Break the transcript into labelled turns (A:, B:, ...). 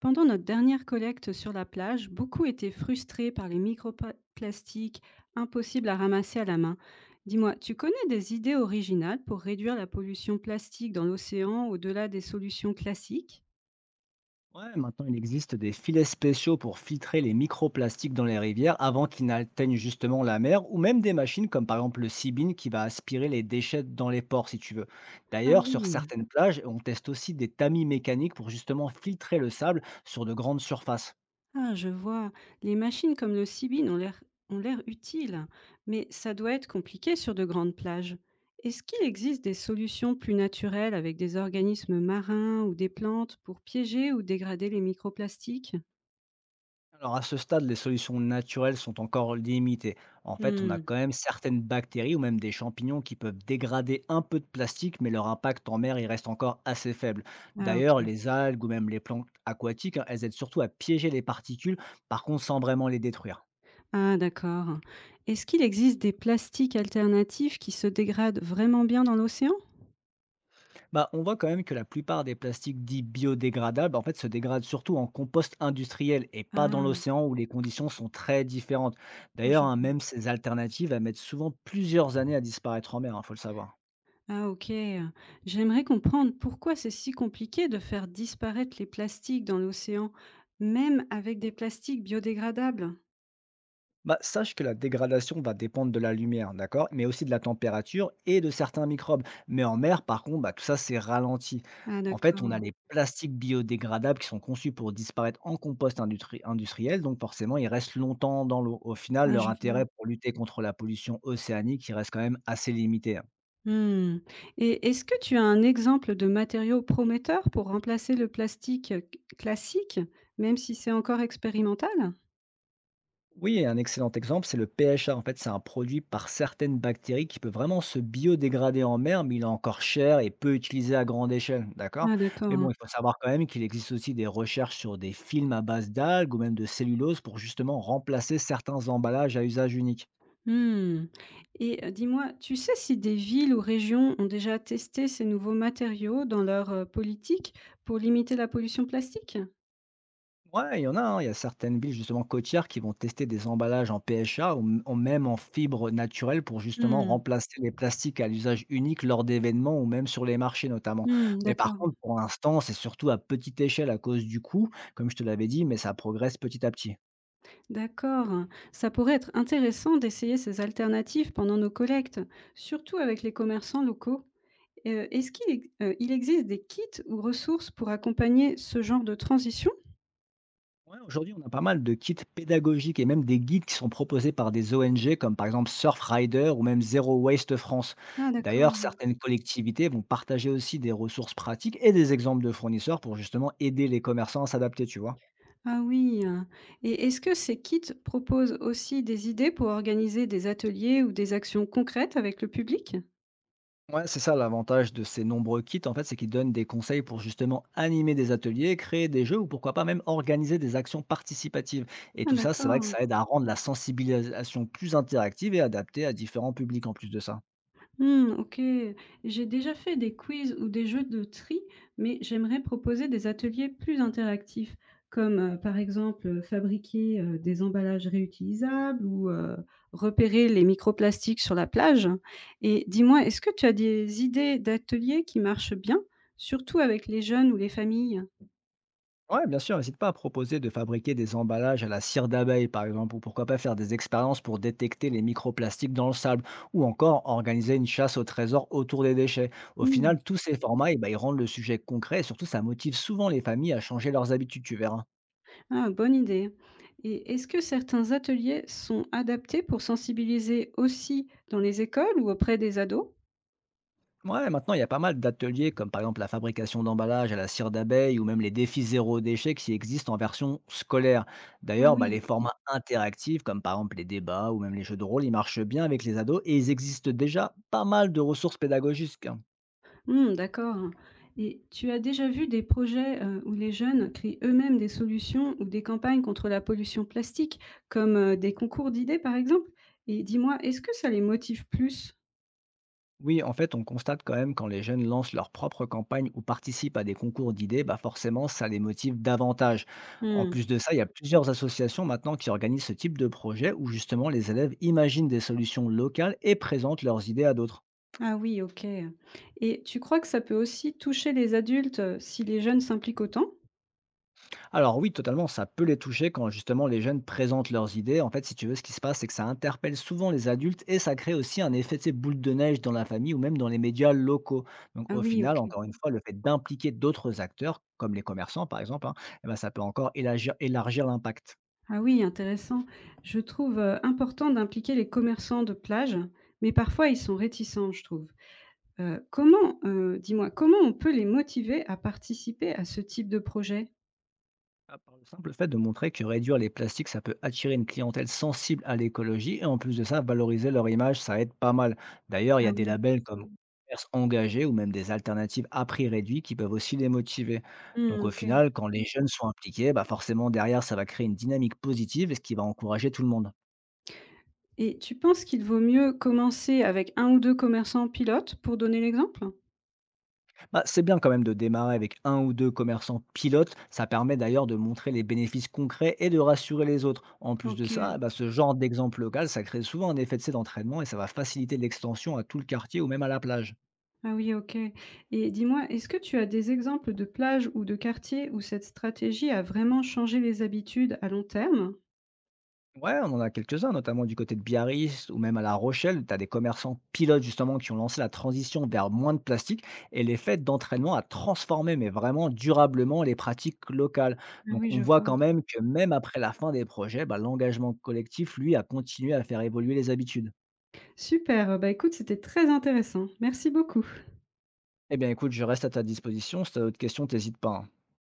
A: Pendant notre dernière collecte sur la plage, beaucoup étaient frustrés par les microplastiques impossibles à ramasser à la main. Dis-moi, tu connais des idées originales pour réduire la pollution plastique dans l'océan au-delà des solutions classiques?
B: Ouais, maintenant il existe des filets spéciaux pour filtrer les microplastiques dans les rivières avant qu'ils n'atteignent justement la mer, ou même des machines comme par exemple le Sibin qui va aspirer les déchets dans les ports si tu veux.
A: Ah
B: D'ailleurs, sur
A: oui.
B: certaines plages, on teste aussi des tamis mécaniques pour justement filtrer le sable sur de grandes surfaces.
A: Ah, je vois. Les machines comme le Sibin ont l'air utiles, mais ça doit être compliqué sur de grandes plages. Est-ce qu'il existe des solutions plus naturelles avec des organismes marins ou des plantes pour piéger ou dégrader les microplastiques?
B: Alors à ce stade, les solutions naturelles sont encore limitées. En fait, on a
A: Hmm.
B: quand même certaines bactéries ou même des champignons qui peuvent dégrader un peu de plastique, mais leur impact en mer, il reste encore assez faible.
A: Ah,
B: D'ailleurs,
A: ok.
B: les algues ou même les plantes aquatiques, hein, elles aident surtout à piéger les particules, par contre sans vraiment les détruire.
A: Ah, d'accord. Est-ce qu'il existe des plastiques alternatifs qui se dégradent vraiment bien dans l'océan?
B: Bah, on voit quand même que la plupart des plastiques dits biodégradables, en fait, se dégradent surtout en compost industriel et pas dans
A: Ah,
B: l'océan où les conditions sont très différentes. D'ailleurs,
A: je
B: hein, même ces alternatives, elles mettent souvent plusieurs années à disparaître en mer, il faut le savoir.
A: Ah OK. J'aimerais comprendre pourquoi c'est si compliqué de faire disparaître les plastiques dans l'océan, même avec des plastiques biodégradables?
B: Bah, sache que la dégradation va dépendre de la lumière, d'accord, mais aussi de la température et de certains microbes. Mais en mer, par contre, bah, tout ça, c'est ralenti.
A: Ah
B: En fait, on a
A: d'accord,
B: les plastiques biodégradables qui sont conçus pour disparaître en compost industriel, donc forcément, ils restent longtemps dans l'eau. Au final,
A: ah
B: leur
A: je vois.
B: intérêt pour lutter contre la pollution océanique, il reste quand même assez limité, hein.
A: Mmh. Et est-ce que tu as un exemple de matériau prometteur pour remplacer le plastique, c classique, même si c'est encore expérimental?
B: Oui, et un excellent exemple, c'est le PHA. En fait, c'est un produit par certaines bactéries qui peut vraiment se biodégrader en mer, mais il est encore cher et peu utilisé à grande échelle, d'accord?
A: Ah
B: Mais bon,
A: d'accord.
B: il faut savoir quand même qu'il existe aussi des recherches sur des films à base d'algues ou même de cellulose pour justement remplacer certains emballages à usage unique.
A: Mmh. Et dis-moi, tu sais si des villes ou régions ont déjà testé ces nouveaux matériaux dans leur, politique pour limiter la pollution plastique?
B: Ouais, il y en a, hein. Il y a certaines villes justement côtières qui vont tester des emballages en PHA ou même en fibre naturelle pour justement
A: Mmh.
B: remplacer les plastiques à l'usage unique lors d'événements ou même sur les marchés notamment.
A: Mmh,
B: Mais par
A: d'accord,
B: contre, pour l'instant, c'est surtout à petite échelle à cause du coût, comme je te l'avais dit, mais ça progresse petit à petit.
A: d'accord. Ça pourrait être intéressant d'essayer ces alternatives pendant nos collectes, surtout avec les commerçants locaux. Est-ce qu'il ex il existe des kits ou ressources pour accompagner ce genre de transition?
B: Ouais, aujourd'hui, on a pas mal de kits pédagogiques et même des guides qui sont proposés par des ONG comme par exemple Surfrider ou même Zero Waste France.
A: Ah
B: D'ailleurs,
A: d'accord.
B: certaines collectivités vont partager aussi des ressources pratiques et des exemples de fournisseurs pour justement aider les commerçants à s'adapter, tu vois.
A: Ah oui, hein. Et est-ce que ces kits proposent aussi des idées pour organiser des ateliers ou des actions concrètes avec le public?
B: Ouais, c'est ça l'avantage de ces nombreux kits, en fait, c'est qu'ils donnent des conseils pour justement animer des ateliers, créer des jeux ou pourquoi pas même organiser des actions participatives. Et
A: Ah
B: tout ça, c'est vrai que
A: d'accord.
B: ça aide à rendre la sensibilisation plus interactive et adaptée à différents publics en plus de ça.
A: Mmh, OK. J'ai déjà fait des quiz ou des jeux de tri, mais j'aimerais proposer des ateliers plus interactifs, comme par exemple fabriquer des emballages réutilisables ou repérer les microplastiques sur la plage. Et dis-moi, est-ce que tu as des idées d'ateliers qui marchent bien, surtout avec les jeunes ou les familles?
B: Ouais, bien sûr, n'hésite pas à proposer de fabriquer des emballages à la cire d'abeille, par exemple, ou pourquoi pas faire des expériences pour détecter les microplastiques dans le sable, ou encore organiser une chasse au trésor autour des déchets. Au
A: Mmh.
B: final, tous ces formats, eh ben, ils rendent le sujet concret et surtout, ça motive souvent les familles à changer leurs habitudes, tu verras.
A: Ah, bonne idée. Et est-ce que certains ateliers sont adaptés pour sensibiliser aussi dans les écoles ou auprès des ados?
B: Ouais, maintenant, il y a pas mal d'ateliers comme par exemple la fabrication d'emballages à la cire d'abeille ou même les défis zéro déchet qui existent en version scolaire.
A: Ah
B: D'ailleurs, bah,
A: oui.
B: les formats interactifs comme par exemple les débats ou même les jeux de rôle, ils marchent bien avec les ados et ils existent déjà pas mal de ressources pédagogiques, hein.
A: Mmh, d'accord. Et tu as déjà vu des projets, où les jeunes créent eux-mêmes des solutions ou des campagnes contre la pollution plastique, comme des concours d'idées, par exemple? Et dis-moi, est-ce que ça les motive plus?
B: Oui, en fait, on constate quand même quand les jeunes lancent leur propre campagne ou participent à des concours d'idées, bah forcément, ça les motive davantage. En
A: Mmh.
B: plus de ça, il y a plusieurs associations maintenant qui organisent ce type de projet où justement les élèves imaginent des solutions locales et présentent leurs idées à d'autres.
A: Ah oui, OK. Et tu crois que ça peut aussi toucher les adultes, si les jeunes s'impliquent autant?
B: Alors oui, totalement, ça peut les toucher quand justement les jeunes présentent leurs idées. En fait, si tu veux, ce qui se passe, c'est que ça interpelle souvent les adultes et ça crée aussi un effet, de sais, boule de neige dans la famille ou même dans les médias locaux. Donc
A: Ah
B: au
A: oui,
B: final,
A: OK.
B: encore une fois, le fait d'impliquer d'autres acteurs, comme les commerçants par exemple, hein, eh ben, ça peut encore élargir l'impact.
A: Ah oui, intéressant. Je trouve important d'impliquer les commerçants de plage, mais parfois ils sont réticents, je trouve. Comment, dis-moi, comment on peut les motiver à participer à ce type de projet?
B: Ah, par le simple fait de montrer que réduire les plastiques, ça peut attirer une clientèle sensible à l'écologie et en plus de ça, valoriser leur image, ça aide pas mal. D'ailleurs, il y
A: Ah
B: a des
A: oui.
B: labels comme Exactement, commerce engagé ou même des alternatives à prix réduit qui peuvent aussi les motiver. Donc
A: Mmh,
B: au
A: OK.
B: final, quand les jeunes sont impliqués, bah forcément derrière, ça va créer une dynamique positive et ce qui va encourager tout le monde.
A: Et tu penses qu'il vaut mieux commencer avec un ou 2 commerçants pilotes pour donner l'exemple?
B: Bah, c'est bien quand même de démarrer avec un ou deux commerçants pilotes. Ça permet d'ailleurs de montrer les bénéfices concrets et de rassurer les autres. En plus de ça,
A: OK.
B: bah, ce genre d'exemple local, ça crée souvent un effet de serre d'entraînement et ça va faciliter l'extension à tout le quartier ou même à la plage.
A: Ah oui, OK. Et dis-moi, est-ce que tu as des exemples de plages ou de quartiers où cette stratégie a vraiment changé les habitudes à long terme?
B: Ouais, on en a quelques-uns, notamment du côté de Biarritz ou même à La Rochelle. Tu as des commerçants pilotes justement qui ont lancé la transition vers moins de plastique et les fêtes d'entraînement à transformer, mais vraiment durablement, les pratiques locales.
A: Ah
B: Donc
A: oui,
B: on
A: je
B: voit
A: vois.
B: quand même que même après la fin des projets, bah, l'engagement collectif, lui, a continué à faire évoluer les habitudes.
A: Super, bah, écoute, c'était très intéressant. Merci beaucoup.
B: Eh bien écoute, je reste à ta disposition. Si tu as d'autres questions, n'hésite pas, hein.